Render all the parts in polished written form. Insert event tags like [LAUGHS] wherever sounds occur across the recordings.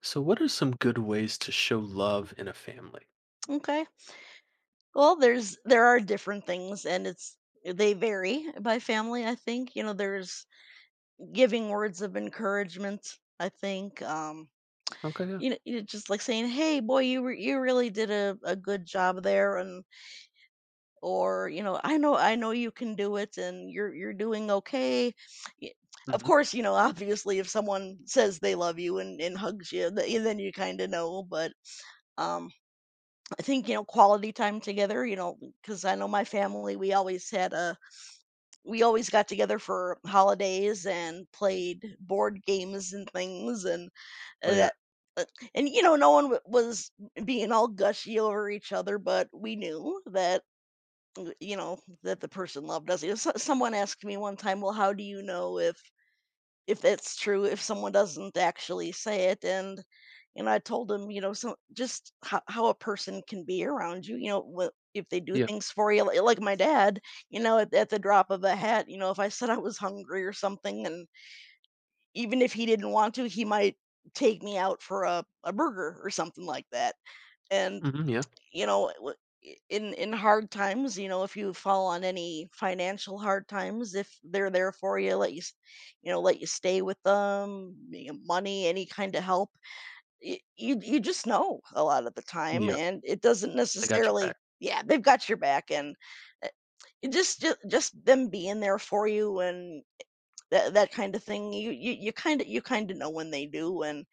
So, what are some good ways to show love in a family? Okay. Well, there are different things and it's they vary by family, I think. You know, there's giving words of encouragement, I think. Okay, yeah. You know, you just like saying, "Hey, boy, you really did a good job there," and or you know, "I know you can do it, and you're doing okay." Y- Of Hmm. course, you know, obviously, if someone says they love you and hugs you, then you kind of know. But um, I think, you know, quality time together, you know, because I know my family, we always got together for holidays and played board games and things. Uh, Oh, yeah. that, uh, and you know, no one was being all gushy over each other, but we knew that the person loved us. You know, someone asked me one time, well, how do you know if that's true, if someone doesn't actually say it, and I told him, you know, so just how a person can be around you, you know, what if they do Yeah. things for you, like my dad, you know, at the drop of a hat, you know, if I said I was hungry or something, and even if he didn't want to, he might take me out for a burger or something like that. And Hmm, yeah. you know, in hard times, you know, if you fall on any financial hard times, if they're there for you, let you stay with them, you know, money, any kind of help, you just know a lot of the time, Yeah. and it doesn't I got your back. necessarily, yeah, they've got your back, and uh, it just them being there for you and that kind of thing, you kind of know when they do, and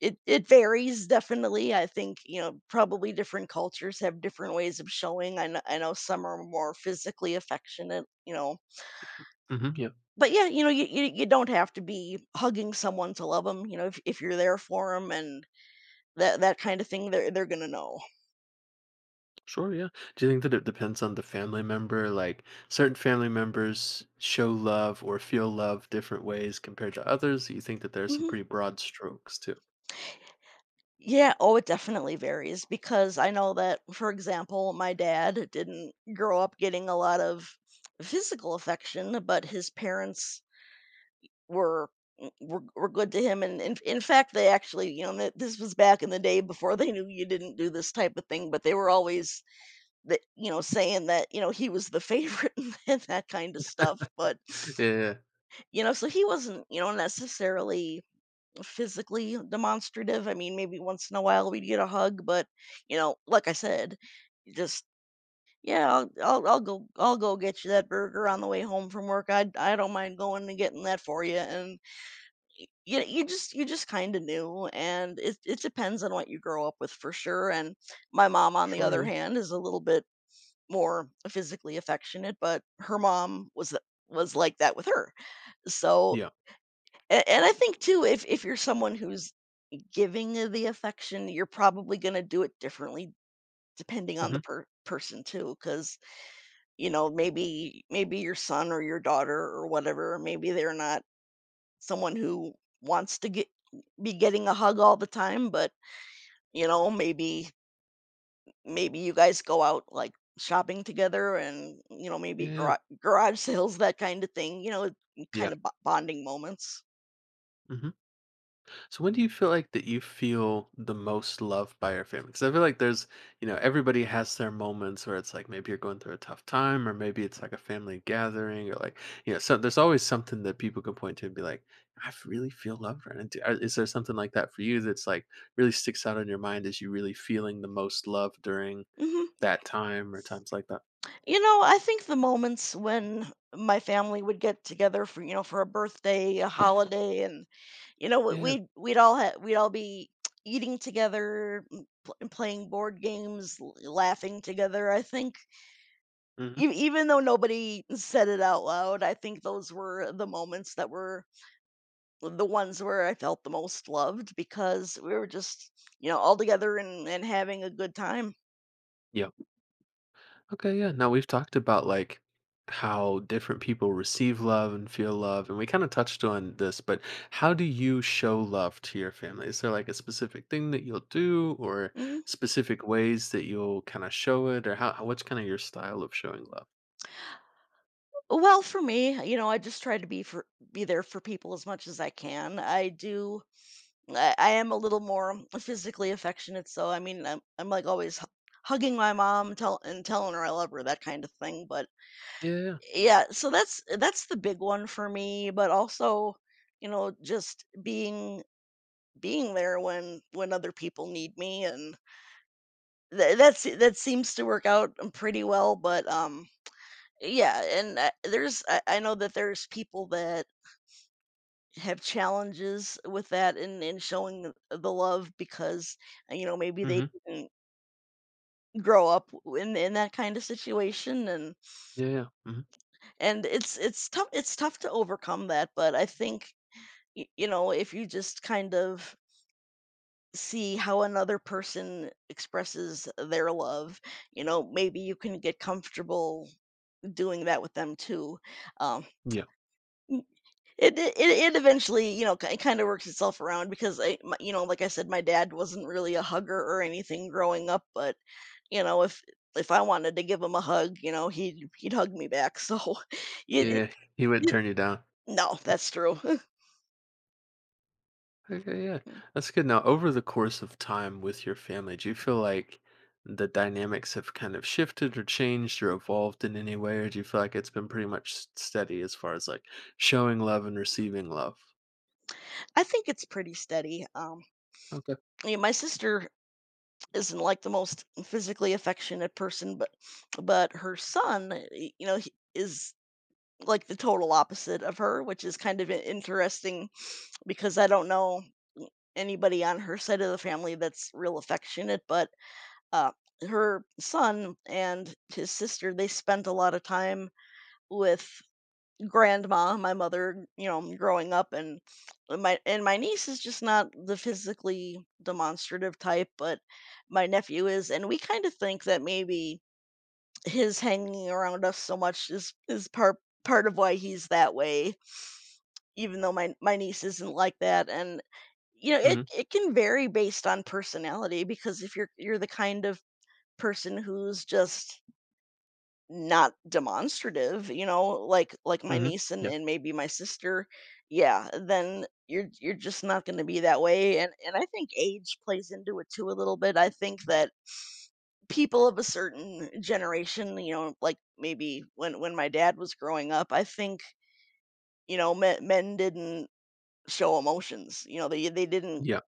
it varies definitely, I think, you know, probably different cultures have different ways of showing. I know some are more physically affectionate, you know, Hmm, yeah. but yeah, you know, you don't have to be hugging someone to love them. You know, if you're there for them and that kind of thing, they're gonna know. Sure, yeah. Do you think that it depends on the family member? Like, certain family members show love or feel love different ways compared to others? You think that there's some Mhm. pretty broad strokes, too? Yeah, oh, it definitely varies because I know that, for example, my dad didn't grow up getting a lot of physical affection, but his parents were were good to him, and in fact, they actually, you know, th this was back in the day before [LAUGHS] they knew you didn't do this type of thing, but they were always th you know, saying that, you know, he was the favorite [LAUGHS] and that kind of stuff, but, [LAUGHS] Yeah. you know, so he wasn't, you know, necessarily physically demonstrative. I mean, maybe once in a while we'd get a hug, but, you know, like I said, just, "Yeah, I'll go get you that burger on the way home from work, I don't mind going and getting that for you," and you just kind of knew and it depends on what you grow up with for sure. And my mom on the Sure, other yeah. hand is a little bit more physically affectionate, but her mom was like that with her, so. Yeah. And I think too, if you're someone who's giving the affection you're probably going to do it differently depending on the Hmm. person too, cuz you know, maybe your son or your daughter or whatever, maybe they're not someone who wants to get be getting a hug all the time, but you know, maybe you guys go out like shopping together, and you know, maybe Yeah. garage [LAUGHS] sales, that kind of thing, you know, Yeah. kind of bonding moments. Hmm. So when do you feel like that you feel the most loved by your family? Because I feel like there's, everybody has their moments where it's like maybe you're going through a tough time, or maybe it's like a family gathering, or like, so there's always something that people can point to and be like, I f- really feel loved right now. Do- are- Is there something like that for you that's like really sticks out in your mind as you really feeling the most love during hmm that time or times like that? you know, I think the moments when my family would get together for, you know, for a birthday, a holiday, and, you know, we- Yeah. we'd we'd all ha- we'd all be eating together, playing board games, laughing together. I think, Hmm. E even though nobody said it out loud, I think those were the moments that were the ones where I felt the most loved, because we were just, you know, all together and having a good time. Okay, yeah. Now we've talked about like how different people receive love and feel love, and we kind of touched on this, but how do you show love to your family? Is there like a specific thing that you'll do or Mhm. specific ways that you'll kind of show it, or how- what's kind of your style of showing love? Well, for me, you know, I just try to be there for people as much as I can. I am a little more physically affectionate, so I mean, I'm like always hugging my mom, tell and telling her I love her, that kind of thing. But Yeah. yeah, so that's the big one for me, but also, you know, just being there when other people need me, and that seems to work out, pretty well. But, yeah, and, there's I know that there's people that have challenges with that and in showing the love because, you know, maybe they Mm-hmm. didn't grow up w in that kind of situation, and Yeah. Mm-hmm. and it's it's tough it's tough to overcome that, but I think you know, if you just kind of see how another person expresses their love, you know, maybe you can get comfortable doing that with them too. Um, Yeah. Mhm, yeah. [LAUGHS] n- it eventually, you know, it kind of works itself around, because you know, like I said, my dad wasn't really a hugger or anything growing up, but you know, if I wanted to give him a hug, you know, he'd hug me back [LAUGHS] so it, it, Yeah. He wouldn't it- turn you down. no, that's true. [LAUGHS] Okay, yeah. Yeah. That's good. Now, over the course of time with your family, do you feel like the dynamics have kind of shifted or changed or evolved in any way, or do you feel like it's been pretty much s- steady as far as like showing love and receiving love? I think it's pretty steady. Okay. Yeah, my sister isn't like the most physically affectionate person, but her son, you know, he is like the total opposite of her, which is kind of interesting, because I don't know anybody on her side of the family that's real affectionate, but uh, her son and his sister, they spent a lot of time with grandma, my mother, you know, growing up. And my niece is just not the physically demonstrative type, but my nephew is, and we kind of think that maybe his hanging around us so much is part of why he's that way, even though my niece isn't like that. And you know, it Mm-hmm. it can vary based on personality, because if you're the kind of person who's just not demonstrative, you know, like my Mm-hmm. niece and Yeah. and maybe my sister, yeah, then you're just not gonna be that way. And I think age plays into it too a little bit. I think that people of a certain generation, you know, like, maybe when my dad was growing up, I think, you know, men didn't show emotions, you know, they didn't Yeah.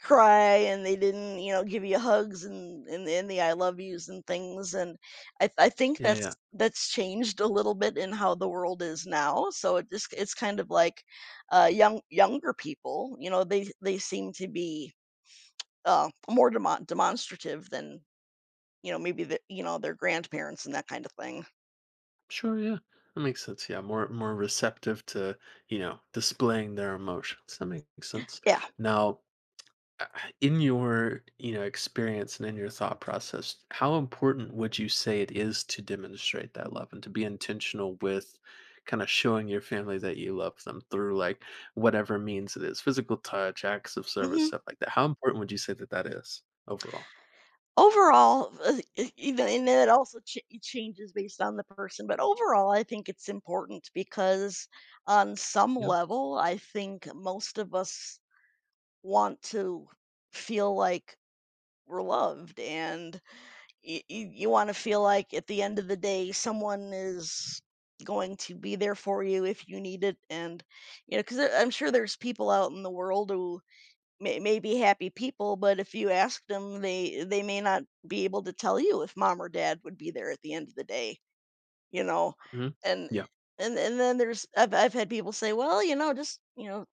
cry and they didn't, you know, give you hugs and and the I love yous and things, and I think Yeah. Yeah. that's changed a little bit in how the world is now, so it's kind of like, younger people, you know, they seem to be more demonstrative than, you know, maybe the, you know, their grandparents and that kind of thing. Sure. Yeah. That makes sense. Yeah. More more receptive to, displaying their emotions. That makes sense. Yeah. Now, uh, in your experience and in your thought process, how important would you say it is to demonstrate that love and to be intentional with kind of showing your family that you love them through like whatever means it is, physical touch, acts of service, Hmm. stuff like that? How important would you say that that is overall? Overall, e even, and then it also changes based on the person, but overall, I think it's important because on some Yeah. level, I think most of us want to feel like we're loved, and y y you wanna feel like at the end of the day, someone is going to be there for you if you need it, and, you know, because I'm sure there's people out in the world who may be happy people, but if you ask them, they may not be able to tell you if mom or dad would be there at the end of the day, you know. Hmm. And Yeah. And then there's I've had people say, well, you know,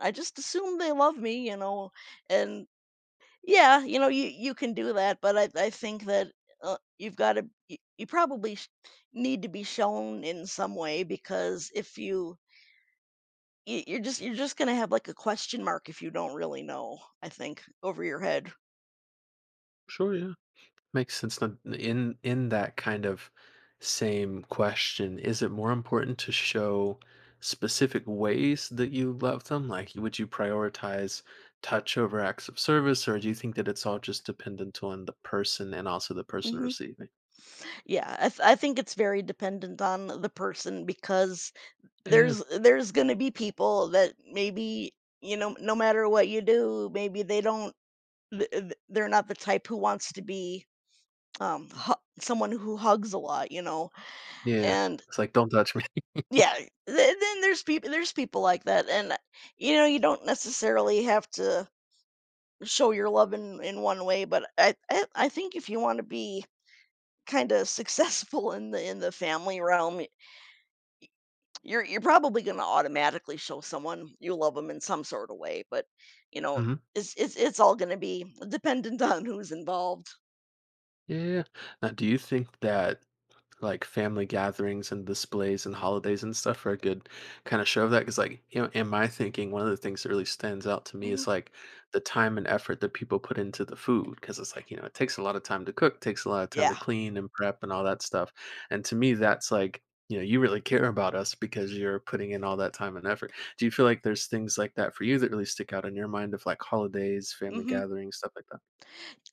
I just assume they love me, you know. And yeah, you know, you can do that, but I think that, you've got to, you probably need to be shown in some way, because if you're just gonna have, like, a question mark if you don't really know, I think, over your head. Sure, yeah. Makes sense. Now, in that kind of same question, is it more important to show specific ways that you love them? Like, would you prioritize touch over acts of service, or do you think that it's all just dependent on the person and also the person Mhm. receiving? Yeah, I think it's very dependent on the person because Yeah, there's gonna be people that maybe, no matter what you do, maybe they don't they're not the type who wants to be um hu- someone who hugs a lot. yeah. And It's like, don't touch me. yeah, then there's people like that, and you know, you don't necessarily have to show your love in one way, but I think if you want to be kind of [LAUGHS] successful in the family realm, you're probably going to automatically show someone you love them in some sort of way, but you [LAUGHS] know, Hmm. It's all going to be dependent [LAUGHS] on who's involved. Yeah. Now, do you think that like family gatherings and displays and holidays and stuff are a good kind of show of that? Because, like, in my thinking, one of the things that really stands out to me is Hmm. like the time and effort that people put into the food, because it's like, it takes a lot of time to cook, takes a lot of time to Yeah. clean and prep and all that stuff, and to me that's like, you really care about us because you're putting in all that time and effort. Do you feel like there's things like that for you that really stick out in your mind of like holidays, family Hmm. gatherings, stuff like that?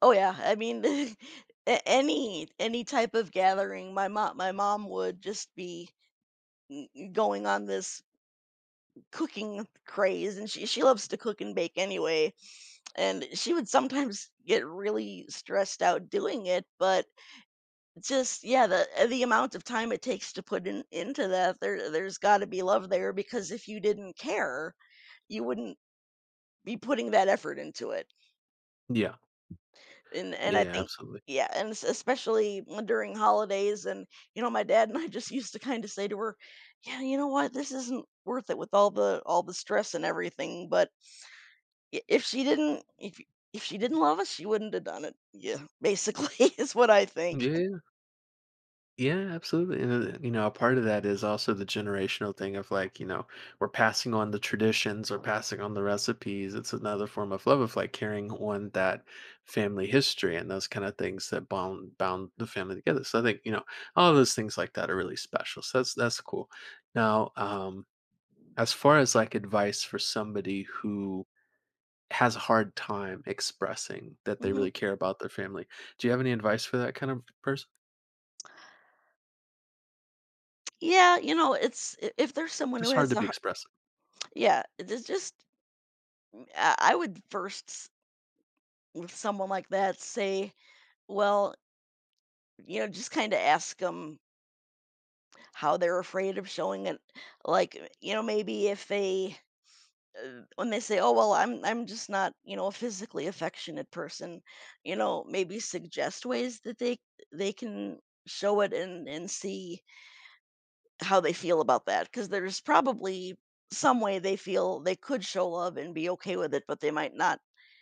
Oh yeah, I mean, [LAUGHS] any type of gathering, my mom would just be going on this cooking craze, and she loves to cook and bake anyway, and she would sometimes get really stressed out doing it, but just yeah, the amount of time it takes to put in into that, there's got to be love there, because if you didn't care, you wouldn't be putting that effort into it. Yeah. And I Yeah, think absolutely. yeah, and es especially when during holidays and, you know, my dad and I [LAUGHS] just used to kinda say to her, "Yeah, you know what? This isn't worth it with all the stress and everything," but I if she didn't, if she didn't love us, she wouldn't have done it. Yeah, basically [LAUGHS] is what I think. Yeah. Yeah, absolutely. And, you know, a part of that is also the generational thing of, like, you know, we're passing on the traditions or passing on the recipes. It's another form of love of like carrying on that family history and those kind of things that bound bound the family together. So I think, you know, all of those things like that are really special. So that's cool. Now, as far as like advice for somebody who has a hard time expressing that they Mhm. really care about their family, do you have any advice for that kind of person? Yeah, you know, it's I if there's someone who Just hard has to a be har expressive. yeah, it's just I would first s with someone like that say, well, you know, just kinda ask them how they're afraid of showing it, like you know, maybe if they when they say, oh well, I'm just not, you know, a physically affectionate person, you know, maybe suggest ways that they can show it, and see how they feel about that, because there's probably some way they feel they could show love and be okay with it, but they might not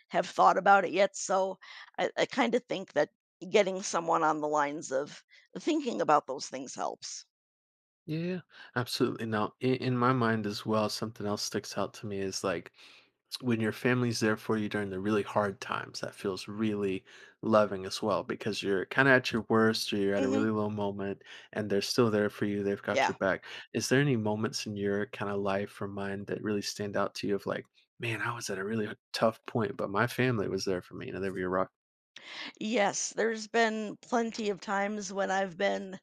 have thought about it yet, so I kind of think that getting someone on the lines of thinking about those things helps. Yeah, yeah, absolutely. Now, in my mind as well, something else sticks out to me is like when your family's there for you during the really hard times, that feels really loving as well, because you're kind of at your worst or you're at a Hmm. really low moment and they're still there for you. They've got your Yeah. back. Is there any moments in your kind of life or mind that really stand out to you of like, man, I was at a really tough point, but my family was there for me? You know, they were your rock. Yes, there's been plenty of times when I've been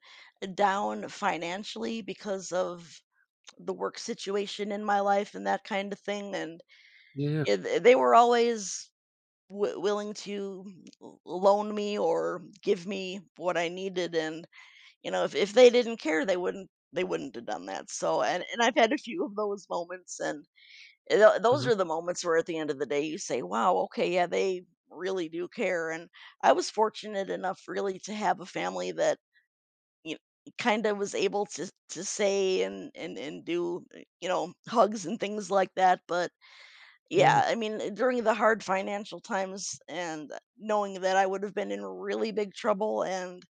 down financially because of the work situation in my life and that kind of thing. And Yeah. They were always willing to loan me or give me what I needed. And you know, if they didn't care, they wouldn't have done that. So, and I've had a few of those moments, and eh, those Hmm. are the moments where at the end of the day you say, "Wow, okay, yeah, they really do care." And I was fortunate enough really to have a family that, you kinda was able to say and do, eh, you know, hugs and things like that, but Yeah. yeah, I mean, eh, during the hard financial times and knowing that I would have been in really big trouble and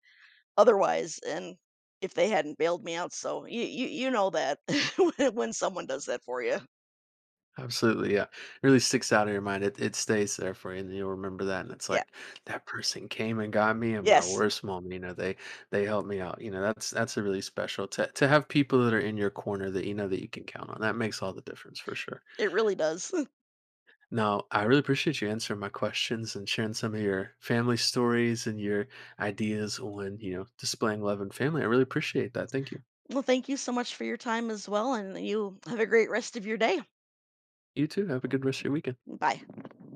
otherwise, and if they hadn't bailed me out, so you know that [LAUGHS] when someone does that for you. Absolutely, yeah. It really sticks out in your mind. It stays there for you, and you'll remember that. And it's Yeah. like that person came and got me in my Yes, worst moment. You know, they helped me out. You know, that's a really special to have people that are in your corner that you know that you can count on. That makes all the difference for sure. it really does. Now, I really appreciate you answering my questions and sharing some of your family stories and your ideas on, you know, displaying love and family. I really appreciate that. Thank you. Well, thank you so much for your time as well, and you have a great rest of your day. You too. Have a good rest of your weekend. Bye.